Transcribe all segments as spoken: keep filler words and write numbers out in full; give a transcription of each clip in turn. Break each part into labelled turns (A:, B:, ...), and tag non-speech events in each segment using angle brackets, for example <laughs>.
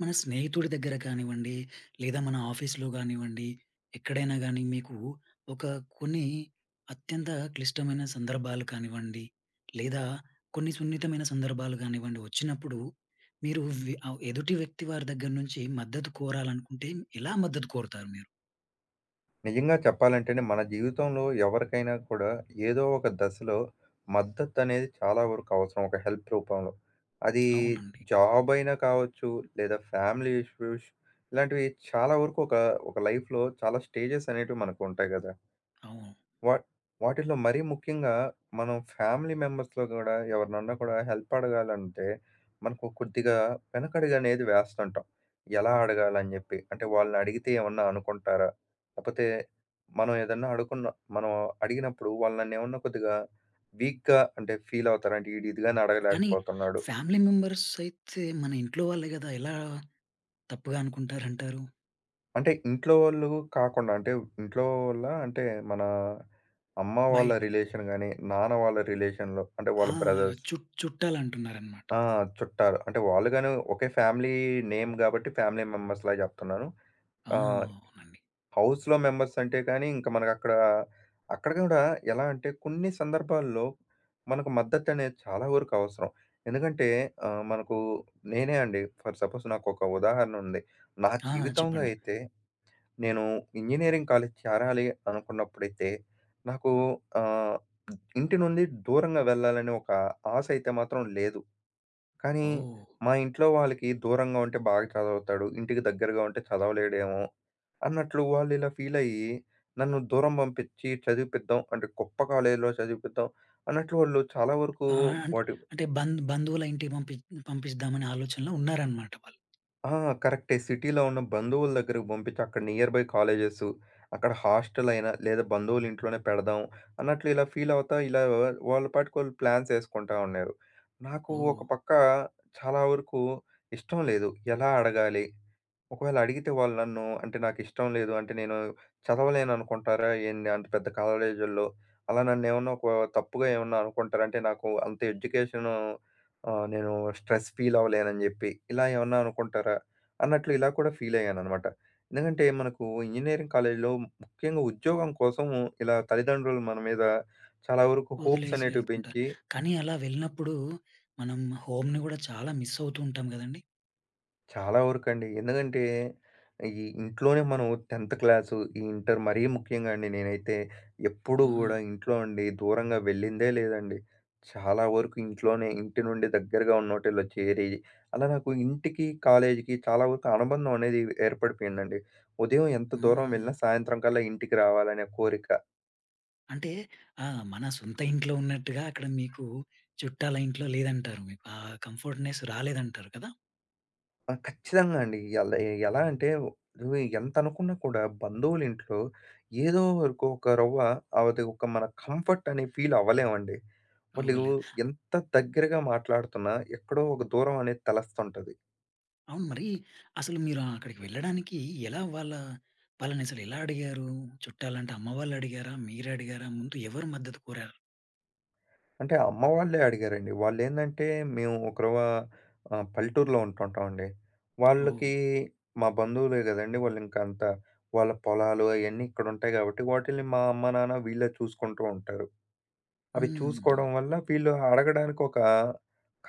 A: మన స్నేహితుడి దగ్గర కానివ్వండి, లేదా మన ఆఫీస్‌లో గానివ్వండి, ఎక్కడైనా గానీ మీకు ఒక కొన్ని అత్యంత క్లిష్టమైన సందర్భాలు కానివ్వండి, లేదా కొన్ని సున్నితమైన సందర్భాలు గానివ్వండి వచ్చినప్పుడు, మీరు వి ఆహ్, ఎదుటి వ్యక్తి వారి దగ్గర నుంచి మద్దతు కోరాలనుకుంటే ఎలా మద్దతు కోరుతారు మీరు?
B: నిజంగా చెప్పాలంటేనే మన జీవితంలో ఎవరికైనా కూడా ఏదో ఒక దశలో మద్దతు అనేది చాలా వరకు అవసరం ఒక హెల్ప్ రూపంలో. అది
A: అవునండి.
B: జాబ్ అయినా కావచ్చు, లేదా ఫ్యామిలీ ఇష్యూస్ ఇలాంటివి చాలా వరకు ఒక ఒక లైఫ్‌లో చాలా స్టేజెస్ అనేటివి మనకు ఉంటాయి గదా!
A: అవును.
B: వా వాటిల్లో మరీ ముఖ్యంగా మనం ఫ్యామిలీ మెంబర్స్‌లో గూడా ఎవరినన్నా కూడా హెల్ప్ అడగాలంటే, మనకు కొద్దిగా వెనకడుగు అనేది వేస్తుంటాం. ఎలా అడగాలని జెప్పి. అంటే వాళ్ళనడిగితే ఏమన్నా అనుకుంటారా? లేపోతే మనం ఏదన్నా అడుకున్న మనం అడిగినప్పుడు వాళ్ళు నన్నేమన్నా కొద్దిగా వీక్‌గా అంటే ఫీల్ అవుతారా? అంటే ఈడు ఇది గాని
A: కానీ
B: అడగలేకపోతున్నాడు.
A: ఫ్యామిలీ మెంబర్స్ అయితే మన ఇంట్లో వాళ్ళే గదా! ఎలా తప్పుగా అనుకుంటారంటారు?
B: అంటే ఇంట్లో వాళ్ళు కాకుండా అంటే ఇంట్లో వోళ్ళ అంటే మన అమ్మ వాళ్ళ
A: బయట్
B: రిలేషన్ గాని, నాన్న వాళ్ళ రిలేషన్‌లో అంటే వాళ్ళ
A: ఆ!
B: బ్రదర్స్
A: చుట్ చుట్టాలంటున్నారనమాట.
B: ఆ! చుట్టాలు. అంటే వాళ్ళు గాని ఒకే ఫ్యామిలీ నేమ్ గాబట్టి ఫ్యామిలీ మెంబర్స్‌లా జెప్తున్నాను.
A: ఆ!
B: ఆహ్,
A: అవునండి.
B: హౌస్‌లో మెంబర్స్ అంటే కానీ ఇంక మనకక్కడ అక్కడ గూడా ఎలా అంటే కొన్ని సందర్భాల్లో మనకు మద్దతనేది చాలా వరకు అవసరం. ఎందుకంటే ఆహ్, మనకు నేనే అండి ఫర్ సపోజ్ నాకొక ఉదాహరణ ఉంది. నా
A: ఆ!
B: జీవితంలో
A: చెప్పండి.
B: అయితే నేను ఇంజినీరింగ్ కాలేజ్ చేరాలి అనుకున్నప్పుడైతే నాకు ఆహ్, ఇంటి నుండి దూరంగా వెళ్ళాలని ఒక ఆశ అయితే మాత్రం లేదు. కానీ
A: ఓహ్!
B: మా ఇంట్లో వాళ్ళకి దూరంగా ఉంటే బాగా చదవుతాడు. ఇంటికి దగ్గరగా ఉంటే చదవలేడేమో అన్నట్లు వాళ్ళు ఇలా ఫీల్ అయ్యి నన్ను దూరం పంపించి చదివిపిద్దాం అంటే గొప్ప కాలేజీలో చదివిపిద్దాం అన్నట్లు వాళ్ళు చాలా వరకు
A: ఆహ్, అన్
B: వాటి
A: అంటే బంద్ బంధువుల ఇంటికి పంపి పంపిద్దామనే ఆలోచనలో ఉన్నారనమాట వాళ్ళు.
B: ఆ! కరెక్టే. సిటీలో ఉన్న బంధువుల దగ్గరకు పంపించి అక్కడ నియర్ బై కాలేజెస్ అక్కడ హాస్టల్ అయినా లేదా బంధువుల ఇంట్లోనే పెడదాం అన్నట్లు ఇలా ఫీల్ అవుతా ఇలా వాళ్ళ పాటికి వాళ్ళు ప్లాన్స్ యేసుకుంటా ఉన్నారు. నాకు
A: ఓహ్!
B: ఒక పక్క చాలా వరకు ఇష్టం లేదు. ఎలా అడగాలి? ఒకవేళ అడిగితే వాళ్ళు నన్ను అంటే నాకిష్టం లేదు. అంటే నేను చదవలేననుకుంటారా ఏంది? అంత పెద్ద కాలేజీల్లో. అలా నన్నేమన్నా ఒక తప్పుగా ఏమన్నా అనుకుంటారా? అంటే నాకు అంత ఎడ్యుకేషను ఆహ్, నేను స్ట్రెస్ ఫీల్ అవ్వలేనని జెప్పి. ఇలా ఏమన్నా అనుకుంటారా? అన్నట్లు ఇలా కూడా ఫీలయ్యాననమాట. ఎందుకంటే మనకు ఇంజినీరింగ్ కాలేజీలో ముఖ్యంగా ఉద్యోగం కోసం ఇలా తల్లిదండ్రులు మన మీద చాలా వరకు హోప్స్
A: వదిలేసి
B: అనేటివి
A: వెళ్తుంటారు.
B: పెంచి
A: కానీ అలా వెళ్ళినప్పుడు మనం హోమ్‌ని గూడా చాలా మిస్ అవుతూ ఉంటాం గదండీ!
B: చాలా వరకండి. ఎందుకంటే, ఈ ఇంట్లోనే మనం పదో క్లాసు, ఈ ఇంటర్ మరీ ముఖ్యంగా అండి నేనైతే ఎప్పుడూ
A: ఆ!
B: గూడా ఇంట్లో నుండి దూరంగా వెళ్ళిందే లేదండి. చాలా వరకు ఇంట్లోనే ఇంటి నుండి దగ్గరగా ఉన్నోటిల్లో చేరి, అలా నాకు ఇంటికి, కాలేజీకి చాలా వరకు అనుబంధం అనేది ఏర్పడిపోయిందండి. ఉదయం ఎంత దూరం
A: హ్మ్.
B: వెళ్ళినా సాయంత్రం కల్లా ఇంటికి రావాలనే కోరిక.
A: అంటే ఆ! మన సొంత ఇంట్లో ఉన్నట్టుగా అక్కడ మీకు చుట్టాల ఇంట్లో లేదంటారు మీకు. ఆ కంఫర్ట్‌నెస్ రాలేదంటారు కదా!
B: ఆ! ఖచ్చితంగా అండి. ఎలా ఎలా అంటే నువ్వు ఎంతనుకున్నా కూడా బంధువులింట్లో ఏదో వరకు ఒక రవ్వ అది ఒక మన కంఫర్ట్ అనే ఫీల్ అవ్వలేమండి. వాళ్ళు
A: అవ్వలే
B: ఎంత దగ్గరగా మాట్లాడుతున్నా ఎక్కడో ఒక దూరం అనేది తెలుస్తుంటది.
A: అవును. మరి అసలు మీరు అక్కడికి వెళ్ళడానికి ఎలా వాళ్ళ వాళ్ళని అసలు ఎలా అడిగారు? చుట్టాలంటే అమ్మ వాళ్ళు అడిగారా? మీరు అడిగారా? ముందు ఎవరు మద్దతు కోరారు?
B: అంటే అమ్మ వాళ్ళే అడిగారండి. వాళ్ళేందంటే మేము ఒక రవ్వ ఆహ్, పల్లెటూరులో ఉంటుంటామండి.
A: ఓహ్!
B: వాళ్ళకి మా బంధువులే గదండీ! వాళ్ళింకా అంత వాళ్ళ పొలాలు అయన్నీ ఇక్కడుంటాయి గాబట్టి వాటిల్ని మా అమ్మ, నాన్న వీళ్ళే చూసుకుంటూ ఉంటారు. అవి
A: హ్మ్.
B: చూసుకోవడం వల్ల వీళ్ళు అడగడానికి ఒక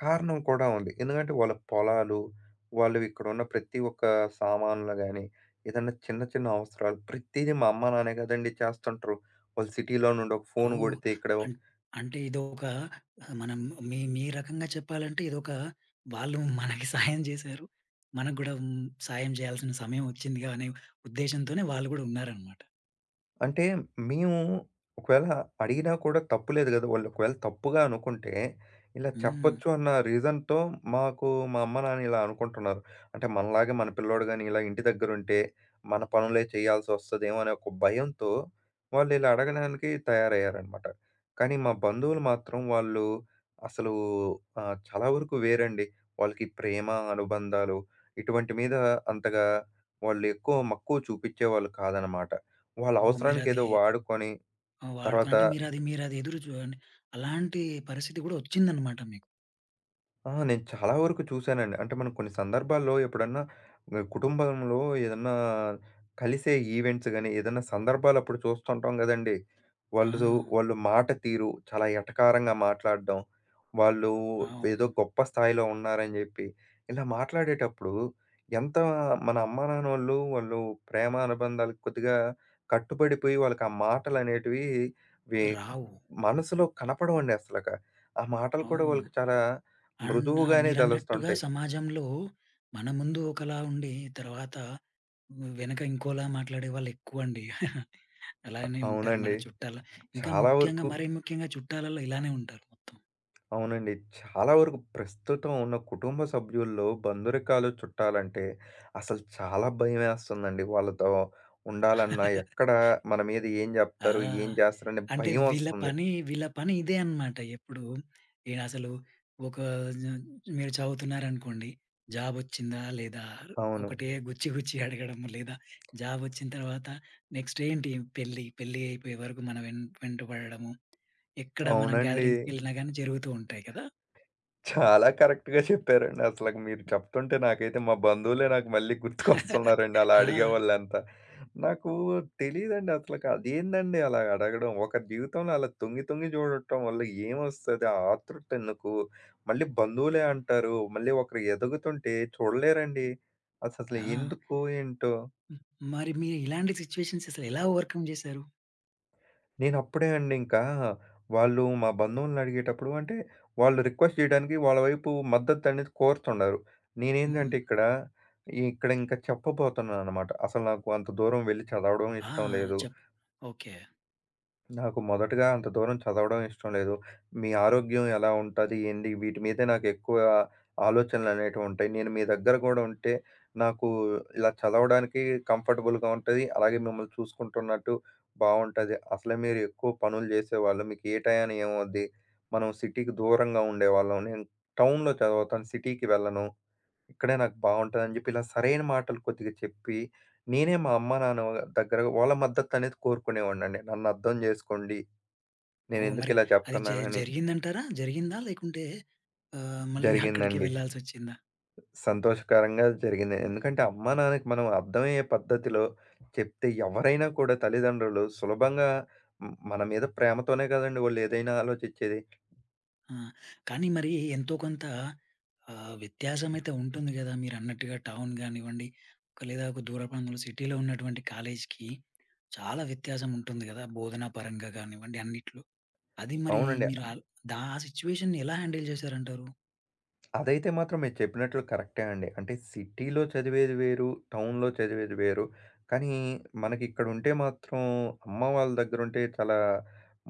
B: కారణం కూడా ఉంది. ఎందుకంటే వాళ్ళ పొలాలు, వాళ్ళు ఇక్కడున్న ప్రతి ఒక్క సామాన్లు గాని, ఏదన్నా చిన్న చిన్న అవసరాలు ప్రతీదీ మా అమ్మ నాన్నే కదండీ చేస్తుంటరు. వాళ్ళు సిటీలో నుండి ఒక ఫోన్
A: ఓహ్!
B: కొడితే ఇక్కడ
A: అన్ అంటే ఇదొక మనం మీ మీ రకంగా చెప్పాలంటే ఇదొక వాళ్ళు మనకి సాయం చేశారు. మనకు గూడా హ్మ్, సాయం చేయాల్సిన సమయం వచ్చిందిగా అనే ఉద్దేశ్యంతోనే వాళ్ళు గూడా ఉన్నారనమాట.
B: అంటే మేము ఒకవేళ అడిగినా కూడా తప్పు లేదు గదా! వాళ్ళు ఒకవేళ తప్పుగా అనుకుంటే, ఇలా
A: హ్మ్.
B: చెప్పొచ్చు అన్న రీజన్‌తో మాకు మా అమ్మ, నాన్న ఇలా అనుకుంటున్నారు. అంటే మనలాగా మన పిల్లోడు గాని ఇలా ఇంటి దగ్గరుంటే, మన పనులే చేయాల్సొస్తదేమో అనే ఒక భయంతో వాళ్ళు ఇలా అడగడానికి తయారయ్యారనమాట. కానీ మా బంధువులు మాత్రం వాళ్ళు అసలు ఆహ్, చాలా వరకు వేరండి. వాళ్ళకి ప్రేమ, అనుబంధాలు ఇటువంటి మీద అంతగా వాళ్ళు ఎక్కువ మక్కువ చూపిచ్చేవాళ్ళు కాదనమాట. వాళ్ళ
A: ఓహ్! మీరది
B: అవసరానికేదో వాడుకొని,
A: ఆహ్, వాడుకో
B: తర్వాత
A: అంటే మీరది మీరది ఎదురు చూడండి. అలాంటి పరిస్థితి గూడా వచ్చిందనమాట మీకు.
B: ఆ! నేను చాలా వరకు చూసానండి. అంటే మనం కొన్ని సందర్భాల్లో ఎప్పుడన్నా ఆహ్, కుటుంబంలో ఏదన్నా కలిసే ఈవెంట్స్ గాని, ఏదన్నా సందర్భాలప్పుడు చూస్తుంటాం గదండీ!
A: ఆ!
B: వాళ్ళు వాళ్ళు మాట తీరు చాలా ఎటకారంగా మాట్లాడడం, వాళ్ళు
A: అవును.
B: ఏదో గొప్ప స్థాయిలో ఉన్నారని జెప్పి, ఇలా మాట్లాడేటప్పుడు ఎంత మన అమ్మా నాన్నోళ్ళు వాళ్ళు ప్రేమ అనుబంధాలకు కొద్దిగా కట్టుబడిపోయి వాళ్ళకి ఆ మాటలనేటివి వే
A: రావు.
B: మనసులో కనపడవండి అసలక. ఆ మాటలు కూడా
A: అవును.
B: వాళ్ళకి చాలా
A: అండ్ ఆ!
B: మృదువుగానే
A: మీరన్నట్టుగా
B: తలొస్తుంటాయి.
A: సమాజంలో మన ముందు ఒకలా ఉండి, తర్వాత వెనక ఇంకోలా మాట్లాడే వాళ్ళెక్కువండి. <laughs> అలానే ఉంటారు మన
B: అవునండి.
A: చుట్టాల ఇంకా
B: చాలా
A: ముఖ్యంగా
B: వరకు
A: మరీ ముఖ్యంగా చుట్టాలలో ఇలానే ఉంటారు మొత్తం.
B: అవునండి. చాలా వరకు ప్రస్తుతం ఉన్న కుటుంబ సభ్యుల్లో బంధురికాలు, చుట్టాలంటే అసలు చాలా భయమేస్తుందండి. వాళ్ళతో ఉండాలన్నా
A: <laughs>
B: ఎక్కడ మన మీద ఏం
A: ఆ!
B: జెప్తారు? ఏం జేస్తారనే
A: అంటే వీళ్ళ
B: భయమొస్తుంది.
A: పని వీళ్ళ పని ఇదే అన్నమాట. ఎప్పుడు ఈయనసలు ఒక జ మీరు చదువుతున్నారనుకోండి. జాబొచ్చిందా? లేదా?
B: అవును.
A: ఒకటే గుచ్చి గుచ్చి అడగడం. లేదా జాబొచ్చిన తర్వాత నెక్స్ట్ ఏంటి? పెళ్లి. పెళ్లి అయిపోయే వరకు మన వెం వెంట పడడము. ఎక్కడ మనం
B: అవునండి.
A: గ్యాదరింగ్స్‌కెళ్ళినా గాని జరుగుతూ ఉంటాయి కదా!
B: చాలా కరెక్ట్‌గా చెప్పారండి. అసలకి మీరు చెప్తుంటే నాకైతే మా బంధువులే నాకు మళ్ళీ
A: <laughs>
B: గుర్తుకొస్తున్నారండి అలా
A: ఆ!
B: అడిగేవాళ్ళంతా. నాకు తెలీదండి అసలకి అదేందండి అలా అడగడం? ఒకరి జీవితంలో అలా తొంగి తొంగి చూడటం వల్ల ఏమొస్తది? ఆ ఆతృత ఎందుకు? మళ్ళీ బంధువులే అంటారు. మళ్ళీ ఒకరు ఎదుగుతుంటే చూడలేరండి. అససలు
A: ఆ!
B: ఎందుకు? ఏంటో?
A: హ్మ్. మరి మీరు ఇలాంటి సిట్యుయేషన్స్ అసలు ఎలా ఓవర్‌కమ్ చేశారు?
B: నేనప్పుడే అండి ఇంకా వాళ్ళు మా బంధువుల్ని అడిగేటప్పుడు అంటే వాళ్ళు రిక్వెస్ట్ చేయడానికి వాళ్ళ వైపు మద్దతు అనేది కోరుతున్నారు.
A: హ్మ్.
B: నేనేందంటే ఇక్కడ ఇక్కడ ఇంకా చెప్పబోతున్నాననమాట. అసలు నాకు అంత దూరం వెళ్లి చదవడం
A: ఆ! ఆ!
B: ఇష్టం లేదు.
A: చెప్ ఓకే.
B: నాకు మొదటగా అంత దూరం చదవడం ఇష్టం లేదు. మీ ఆరోగ్యం ఎలా ఉంటది? ఏంది? వీటి మీదే నాకెక్కువ ఆలోచనలనేటివి ఉంటాయి. నేను మీ దగ్గర గూడా ఉంటే, నాకు ఇలా చదవడానికి కంఫర్టబుల్‌గా ఉంటది. అలాగే మిమ్మల్ని చూసుకుంటున్నట్టు బావుంటది. అసలే మీరు ఎక్కువ పనులు జేసేవాళ్ళు. మీకు ఏ టయాన ఏమవుద్ది? మనం సిటీకి దూరంగా ఉండేవాళ్ళం. నేను టౌన్‌లో చదువుతాను. సిటీకి వెళ్ళను. ఇక్కడే నాకు బావుంటదని జెప్పి ఇలా సరైన మాటలు కొద్దిగా చెప్పి, నేనే మా అమ్మ, నాన్న దగ్గర వాళ్ళ మద్దతనేది కోరుకునేవాడినండి. నన్నర్థం జేసుకోండి.
A: ఓహ్! మరి
B: నేనెందుకిలా
A: అది జ
B: చెప్తున్నానని.
A: జరిగిందంటారా? జరిగిందా? లేకుంటే ఆహ్, మళ్ళీ అక్కడికి
B: జరిగిందండి.
A: వెళ్ళాల్సొచ్చిందా?
B: సంతోషకరంగా జరిగింది. ఎందుకంటే అమ్మా, నాన్నకి మనం అర్థమయ్యే పద్ధతిలో చెప్తే ఎవరైనా కూడా తల్లిదండ్రులు సులభంగా హ్మ్. మన మీద ప్రేమతోనే గదండీ! వాళ్ళు ఏదైనా ఆలోచిచ్చేది.
A: ఆ! కానీ మరి ఎంతో కొంత ఆహ్, వ్యత్యాసమైతే ఉంటుంది గదా! మీరన్నట్టుగా టౌన్ గానివ్వండి, ఒక లేదా ఒక దూర ప్రాంతంలో సిటీలో ఉన్నటువంటి కాలేజ్‌కి చాలా వ్యత్యాసం ఉంటుంది గదా! బోధనా పరంగా గానివ్వండి అన్నిట్లో. అది మరి
B: అవునండి.
A: మీరు ఆల్ దా ఆ సిట్యుయేషన్‌ని ఎలా హ్యాండిల్ చేశారంటారు?
B: అదైతే మాత్రం మీరు చెప్పినట్లు కరెక్టే అండి. అంటే సిటీలో చదివేది వేరు, టౌన్‌లో చదివేది వేరు. కానీ మనకిక్కడ ఉంటే మాత్రం అమ్మ వాళ్ళ దగ్గరుంటే చాలా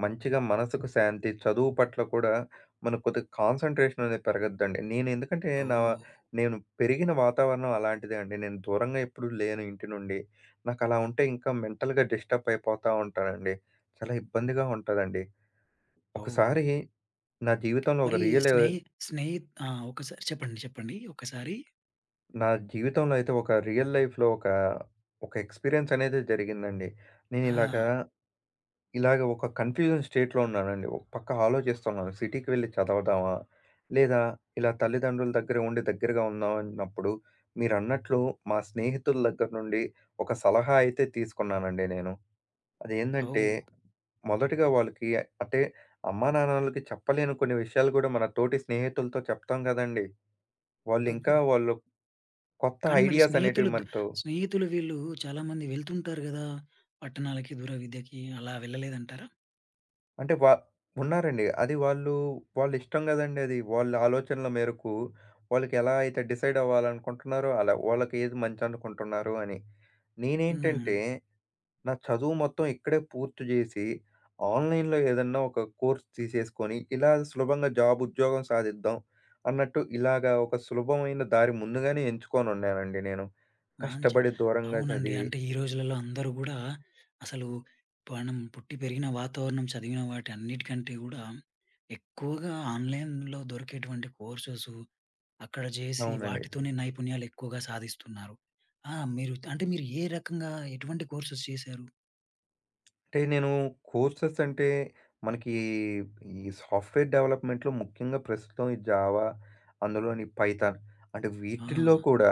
B: మంచిగా మనసుకు శాంతి, చదువు పట్ల కూడా మనకు కొద్దిగా కాన్సంట్రేషన్ అనేది పెరగద్దండి. నేను ఎందుకంటే నా
A: ఓహ్!
B: నేను పెరిగిన వాతావరణం అలాంటిదే అండి. నేను దూరంగా ఎప్పుడూ లేను ఇంటి నుండి. నాకలా ఉంటే ఇంకా మెంటల్‌గా డిస్టర్బ్ అయిపోతా ఉంటానండి. చాలా ఇబ్బందిగా ఉంటదండి.
A: ఓహ్!
B: ఒకసారి నా జీవితంలో ఒక
A: మరి
B: రియల్
A: స్నేహి స్నేహి ఆ! ఒకసారి చెప్పండి. చెప్పండి. ఒకసారి
B: నా జీవితంలో అయితే ఒక రియల్ లైఫ్‌లో ఒక, ఒక ఎక్స్‌పీరియన్స్ అనేది జరిగిందండి. నేను ఇలాగా,
A: ఆ!
B: ఇలాగ ఒక కన్‌ఫ్యూజన్ స్టేట్‌లో ఉన్నానండి. ఒక పక్క ఆలోచిస్తున్నాను సిటీకి వెళ్లి చదవదామా? లేదా ఇలా తల్లిదండ్రుల దగ్గర ఉండి దగ్గరగా ఉందాం అన్నప్పుడు మీరన్నట్లు మా స్నేహితుల దగ్గర నుండి ఒక సలహా అయితే తీసుకున్నానండి నేను. అదేందంటే
A: ఓహ్!
B: మొదటగా వాళ్ళకి అంటే అమ్మానాన్నలకి చెప్పలేని కొన్ని విషయాలు కూడా మన తోటి స్నేహితులతో చెప్తాం కదండీ! వాళ్ళు ఇంకా వాళ్ళు కొత్త
A: కానీ మరి
B: ఐడియాస్ అనేటివి
A: స్నేహితులు దు
B: మనతో
A: స్నేహితులు వీళ్ళు చాలామంది వెళ్తుంటారు గదా! పట్టణాలకి, దూర విద్యకి అలా వెళ్ళలేదంటారా?
B: అంటే వా ఉన్నారండి. అది వాళ్ళు, వాళ్ళ ఇష్టం గదండీ అది. వాళ్ళ ఆలోచనల మేరకు వాళ్ళకి ఎలా అయితే డిసైడ్ అవ్వాలనుకుంటున్నారో అలా, వాళ్ళకి ఏది మంచనుకుంటున్నారు అని.
A: హ్మ్.
B: నేనేంటంటే, నా చదువు మొత్తం ఇక్కడే పూర్తి జేసి, ఆన్‌లైన్‌లో ఏదన్నా ఒక కోర్స్ తీసేసుకొని, ఇలా సులభంగా జాబ్ ఉద్యోగం సాధిద్దాం అన్నట్టు ఇలాగా ఒక సులభమైన దారి ముందుగానే ఎంచుకోనున్నానండి నేను.
A: మంచి
B: కష్టపడి దూరంగా
A: అవునండి.
B: చదివి
A: అంటే ఈ రోజులలో అందరూ గూడా అసలు మనం పుట్టి పెరిగిన వాతావరణం, చదివిన వాటి అన్నిటికంటే గూడా ఎక్కువగా ఆన్‌లైన్‌లో దొరికేటువంటి కోర్సెస్ అక్కడ జేసి
B: అవునండి.
A: వాటితోనే నైపుణ్యాలు ఎక్కువగా సాధిస్తున్నారు. ఆ! మీరు అంటే మీరు ఏ రకంగా ఎటువంటి కోర్సెస్ చేశారు?
B: అంటే నేను కోర్సెస్ అంటే మనకి ఈ సాఫ్ట్‌వేర్ డెవలప్‌మెంట్‌లో ముఖ్యంగా ప్రస్తుతం ఈ జావా, అందులోని పైథాన్ అంటే
A: ఆ!
B: వీటిల్లో కూడా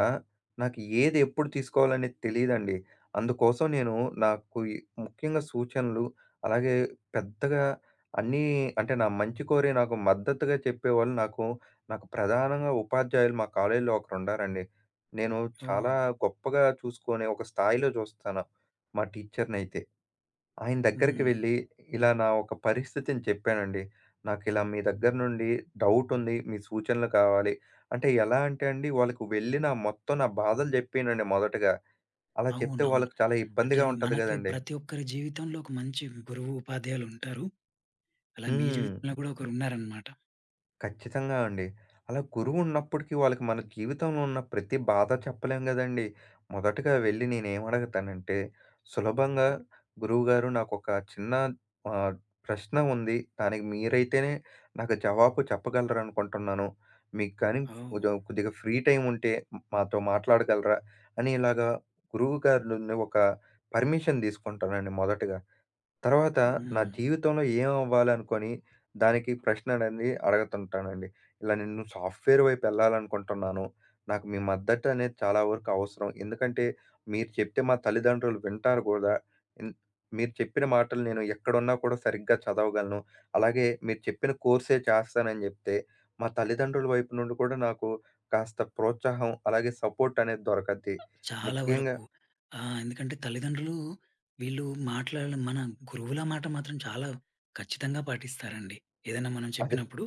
B: నాకు ఏది ఎప్పుడు తీసుకోవాలనేది తెలీదండి. అందుకోసం నేను నాకు ఈ ముఖ్యంగా సూచనలు అలాగే పెద్దగా అన్నీ అంటే నా మంచి కోరి నాకు మద్దతుగా చెప్పేవాళ్ళు నాకు నాకు ప్రధానంగా ఉపాధ్యాయులు మా కాలేజీలో ఒకరుండారండి. నేను
A: ఓహ్!
B: చాలా గొప్పగా చూసుకునే ఒక స్థాయిలో చూస్తాను మా టీచర్‌నైతే. ఆయన దగ్గరికి
A: హ్మ్.
B: వెళ్ళి, ఇలా నా ఒక పరిస్థితిని చెప్పానండి. నాకిలా మీ దగ్గర నుండి డౌటుంది. మీ సూచనలు కావాలి. అంటే ఎలా అంటే అండి, వాళ్ళకి వెళ్ళి నా మొత్తం నా బాధలు చెప్పానండి మొదటగా. అలా చెప్తే
A: అవునవును.
B: వాళ్ళకి చాలా
A: అంటే
B: ఇబ్బందిగా ఉంటది
A: మనకి
B: గదండీ!
A: ప్రతి ఒక్కరి జీవితంలో ఒక మంచి గురువు, ఉపాధ్యాయులుంటారు. అలా మీ
B: హ్మ్.
A: జీవితంలో కూడా ఒకరున్నారనమాట.
B: ఖచ్చితంగా అండి. అలా గురువున్నప్పటికీ వాళ్ళకి మన జీవితంలో ఉన్న ప్రతి బాధ చెప్పలేం గదండీ! మొదటగా వెళ్ళి నేనేమడగతానంటే, సులభంగా గురువుగారు నాకొక చిన్న ఆహ్, ప్రశ్న ఉంది. దానికి మీరైతేనే నాకు జవాబు చెప్పగలరనుకుంటున్నాను. మీకు కానీ
A: ఓహ్!
B: కొంచెం కొద్దిగా ఫ్రీ టైమ్ ఉంటే మాతో మాట్లాడగలరా? అని ఇలాగా గురువుగారి నుండి ఒక పర్మిషన్ తీసుకుంటానండి మొదటగా. తర్వాత నా
A: హ్మ్.
B: జీవితంలో ఏం అవ్వాలనుకోని, దానికి ప్రశ్న అనేది అడుగుతుంటానండి. ఇలా నేను సాఫ్ట్‌వేర్ వైపు ఎళ్ళాలనుకుంటున్నాను. నాకు మీ మద్దతు అనేది చాలా వరకు అవసరం. ఎందుకంటే, మీరు చెప్తే మా తల్లిదండ్రులు వింటారు గూడా. ఇన్ మీరు చెప్పిన మాటలు నేను ఎక్కడున్నా కూడా సరిగ్గా చదవగలను. అలాగే మీరు చెప్పిన కోర్సే చేస్తానని జెప్తే, మా తల్లిదండ్రుల వైపు నుండి కూడా నాకు కాస్త ప్రోత్సాహం, అలాగే సపోర్ట్ అనేది దొరకద్ది.
A: చాలా
B: ముఖ్యంగా
A: వరకు. ఆహ్, ఎందుకంటే తల్లిదండ్రులు వీళ్ళు మాట్లాడిన మన గురువుల మాట మాత్రం చాలా ఖచ్చితంగా పాటిస్తారండి. ఏదైనా మనం
B: అదే
A: చెప్పినప్పుడు.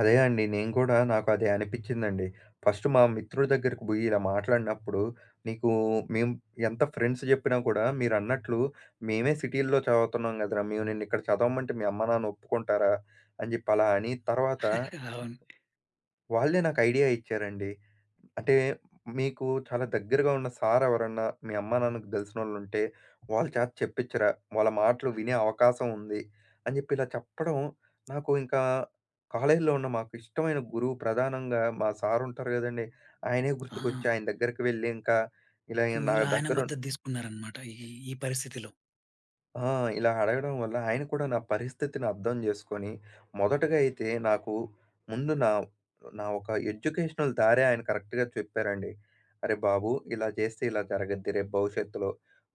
B: అదే అండి. నేను కూడా నాకు అదే అనిపిచ్చిందండి. ఫస్ట్ మా మిత్రుడి దగ్గరికి బోయి ఇలా మాట్లాడినప్పుడు, "నీకు మేము ఎంత ఫ్రెండ్స్ జెప్పినా కూడా మీరన్నట్లు మేమే సిటీల్లో చదువుతున్నాం గదరా! మేము నిన్నిక్కడ చదవమంటే మీ అమ్మ, నాన్న ఒప్పుకుంటారా?" అని జెప్పి అలా అని తర్వాత
A: అవును.
B: వాళ్ళే నాకు ఐడియా ఇచ్చారండి. అంటే మీకు చాలా దగ్గరగా ఉన్న సార్ ఎవరన్నా మీ అమ్మానాన్నకి తెలిసినోళ్ళుంటే వాళ్ళ చేత చెప్పించరా? వాళ్ళ మాటలు వినే అవకాశం ఉంది. అని చెప్పి ఇలా చెప్పడం నాకు ఇంకా కాలేజీలో ఉన్న మాకు ఇష్టమైన గురువు ప్రధానంగా మా సార్ ఉంటారు గదండీ! ఆయనే
A: ఆ!
B: గుర్తుకొచ్చి ఆయన దగ్గరికి వెళ్ళి ఇంకా ఇలా నా
A: మీరు ఆయన
B: దగ్గర
A: మద్దతు తీసుకున్నారనమాట ఈ ఈ పరిస్థితిలో.
B: ఆ! ఇలా అడగడం వల్ల ఆయన కూడా నా పరిస్థితిని అర్థం చేసుకొని, మొదటగా అయితే నాకు ముందు నా నా ఒక ఎడ్యుకేషనల్ దారే ఆయన కరెక్ట్‌గా చెప్పారండి. "అరే బాబు! ఇలా చేస్తే ఇలా జరగద్ది. రేపు భవిష్యత్తులో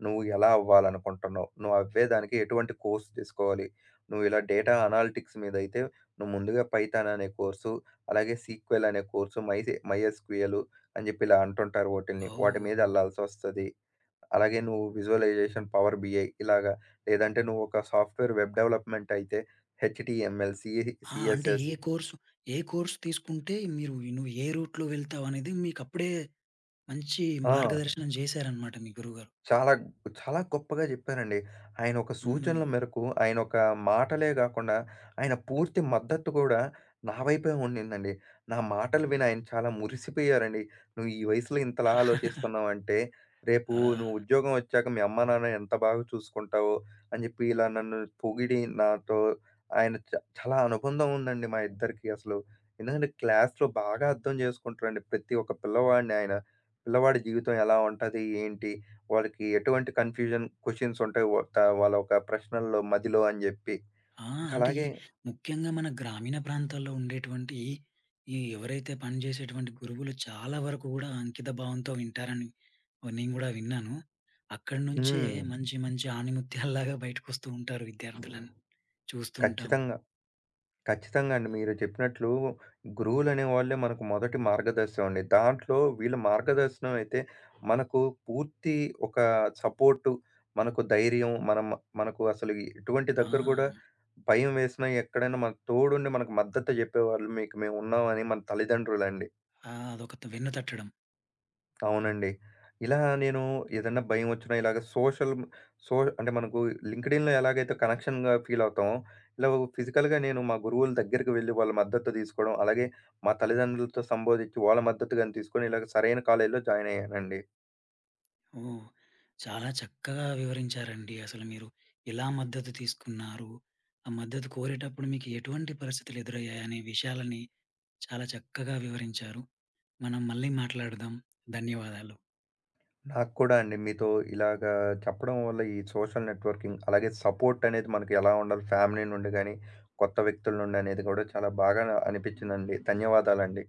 B: నువ్వు ఎలా అవ్వాలనుకుంటున్నావు? నువ్వు అవ్వేదానికి ఎటువంటి కోర్స్ తీసుకోవాలి? నువ్వు ఇలా డేటా అనాలిటిక్స్ మీద అయితే నువ్వు ముందుగా పైథాన్ అనే కోర్సు, అలాగే సీక్వెల్ అనే కోర్సు, మైసే మై ఎస్ క్యూ ఎల్ అని చెప్పి ఇలా అంటుంటారు వాటిల్ని. వాటి
A: ఓహ్!
B: మీద ఎళ్ళాల్సొస్తది." అలాగే నువ్వు విజువలైజేషన్ పవర్ బి ఐ ఇలాగా లేదంటే నువ్వు ఒక సాఫ్ట్‌వేర్ వెబ్ డెవలప్‌మెంట్ అయితే H T M L, C
A: ఆ! అంటే
B: సిఎస్ఎస్.
A: ఏ కోర్స్ ఏ కోర్స్ తీసుకుంటే మీరు నువ్వు ఏ రూట్‌లో వెళ్తావనేది మీకప్పుడే మంచి
B: ఆ!
A: మార్గదర్శనం చేశారనమాట మీ గురువుగారు.
B: చాలా చాలా గొప్పగా చెప్పారండి. ఆయన ఒక
A: హ్మ్.
B: సూచనల మేరకు, ఆయన ఒక మాటలే గాకుండా, ఆయన పూర్తి మద్దతు గూడా నా వైపే ఉండిందండి. నా మాటలు విని ఆయన చాలా మురిసిపోయారండి. "నువ్వు ఈ వయసులో ఇంతలా ఆలోచిస్తున్నావంటే, రేపు
A: ఆహ్,
B: నువ్వు ఉద్యోగం ఒచ్చాక మీ అమ్మ, నాన్న ఎంత బాగా చూసుకుంటావో" అని జెప్పి ఇలా నన్ను పొగిడి నాతో ఆయన చ చాలా అనుబంధం ఉందండి మా ఇద్దరికీ అసలు. ఎందుకంటే క్లాస్‌లో బాగా అర్థం జేసుకుంటారండి ప్రతి ఒక్క పిల్లవాడిని ఆయన. పిల్లవాడి జీవితం ఎలా ఉంటది? ఏంటి? వాళ్ళకి ఎటువంటి కన్‌ఫ్యూజన్ క్వెషన్స్ ఉంటాయి. వ త వాళ్ళ ఒక ప్రశ్నల్లో మదిలో అని జెప్పి.
A: ఆ!
B: ఇంక
A: అంటే ఈ
B: అలాగే
A: ముఖ్యంగా మన గ్రామీణ ప్రాంతాల్లో ఉండేటువంటి ఈ ఎవరైతే పనిచేసేటువంటి గురువులు చాలా వరకు గూడా అంకిత భావంతో వింటారని నేను గూడా విన్నాను. అక్కడి నుంచే
B: హ్మ్.
A: మంచి మంచి ఆణిముత్యాల్లాగా బయటకొస్తూ ఉంటారు విద్యార్థులని చూస్తూ ఉంటాము.
B: ఖచ్చితంగా. ఖచ్చితంగా అండి. మీరు చెప్పినట్లు గురువులనేవాళ్ళే మనకు మొదటి మార్గదర్శనం అండి. దాంట్లో వీళ్ళ మార్గదర్శనం అయితే మనకు పూర్తి ఒక సపోర్టు, మనకు ధైర్యం, మనం మనకు అసలు ఎటువంటి
A: ఆ!
B: దగ్గర గూడా భయం వేసినా ఎక్కడైనా మన తోడుండి మనకు మద్దతు జెప్పేవాళ్ళు మీకు మేమున్నామని మన తల్లిదండ్రులండి.
A: ఆ! అదొక వెన్ను తట్టడం.
B: అవునండి. ఇలా నేను ఏదన్నా భయమొచ్చినా ఇలాగ సోషల్ సో అంటే మనకు లింక్డ్ఇన్‌లో ఎలాగైతే కనెక్షన్‌గా ఫీల్ అవుతామో, ఇలా ఫిజికల్‌గా నేను మా గురువుల దగ్గరికి వెళ్లి వాళ్ళ మద్దతు తీసుకోవడం, అలాగే మా తల్లిదండ్రులతో సంబోధించి వాళ్ళ మద్దతు గాని తీసుకొని ఇలాగ సరైన కాలేజ్‌లో జాయిన్ అయ్యానండి.
A: ఓహ్! చాలా చక్కగా వివరించారండి. అసలు మీరు ఎలా మద్దతు తీసుకున్నారు? ఆ మద్దతు కోరేటప్పుడు మీకు ఎటువంటి పరిస్థితులు ఎదురయ్యాయనే విషయాలని చాలా చక్కగా వివరించారు. మనం మళ్ళీ మాట్లాడదాం. ధన్యవాదాలు.
B: నాకు కూడా అండి మీతో ఇలాగ చెప్పడం వల్ల ఈ సోషల్ నెట్వర్కింగ్ అలాగే సపోర్ట్ అనేది మనకు ఎలా ఉండాలి ఫ్యామిలీ నుండి గాని, కొత్త వ్యక్తుల నుండి అనేది కూడా చాలా బాగా అనిపించిందండి. ధన్యవాదాలండి.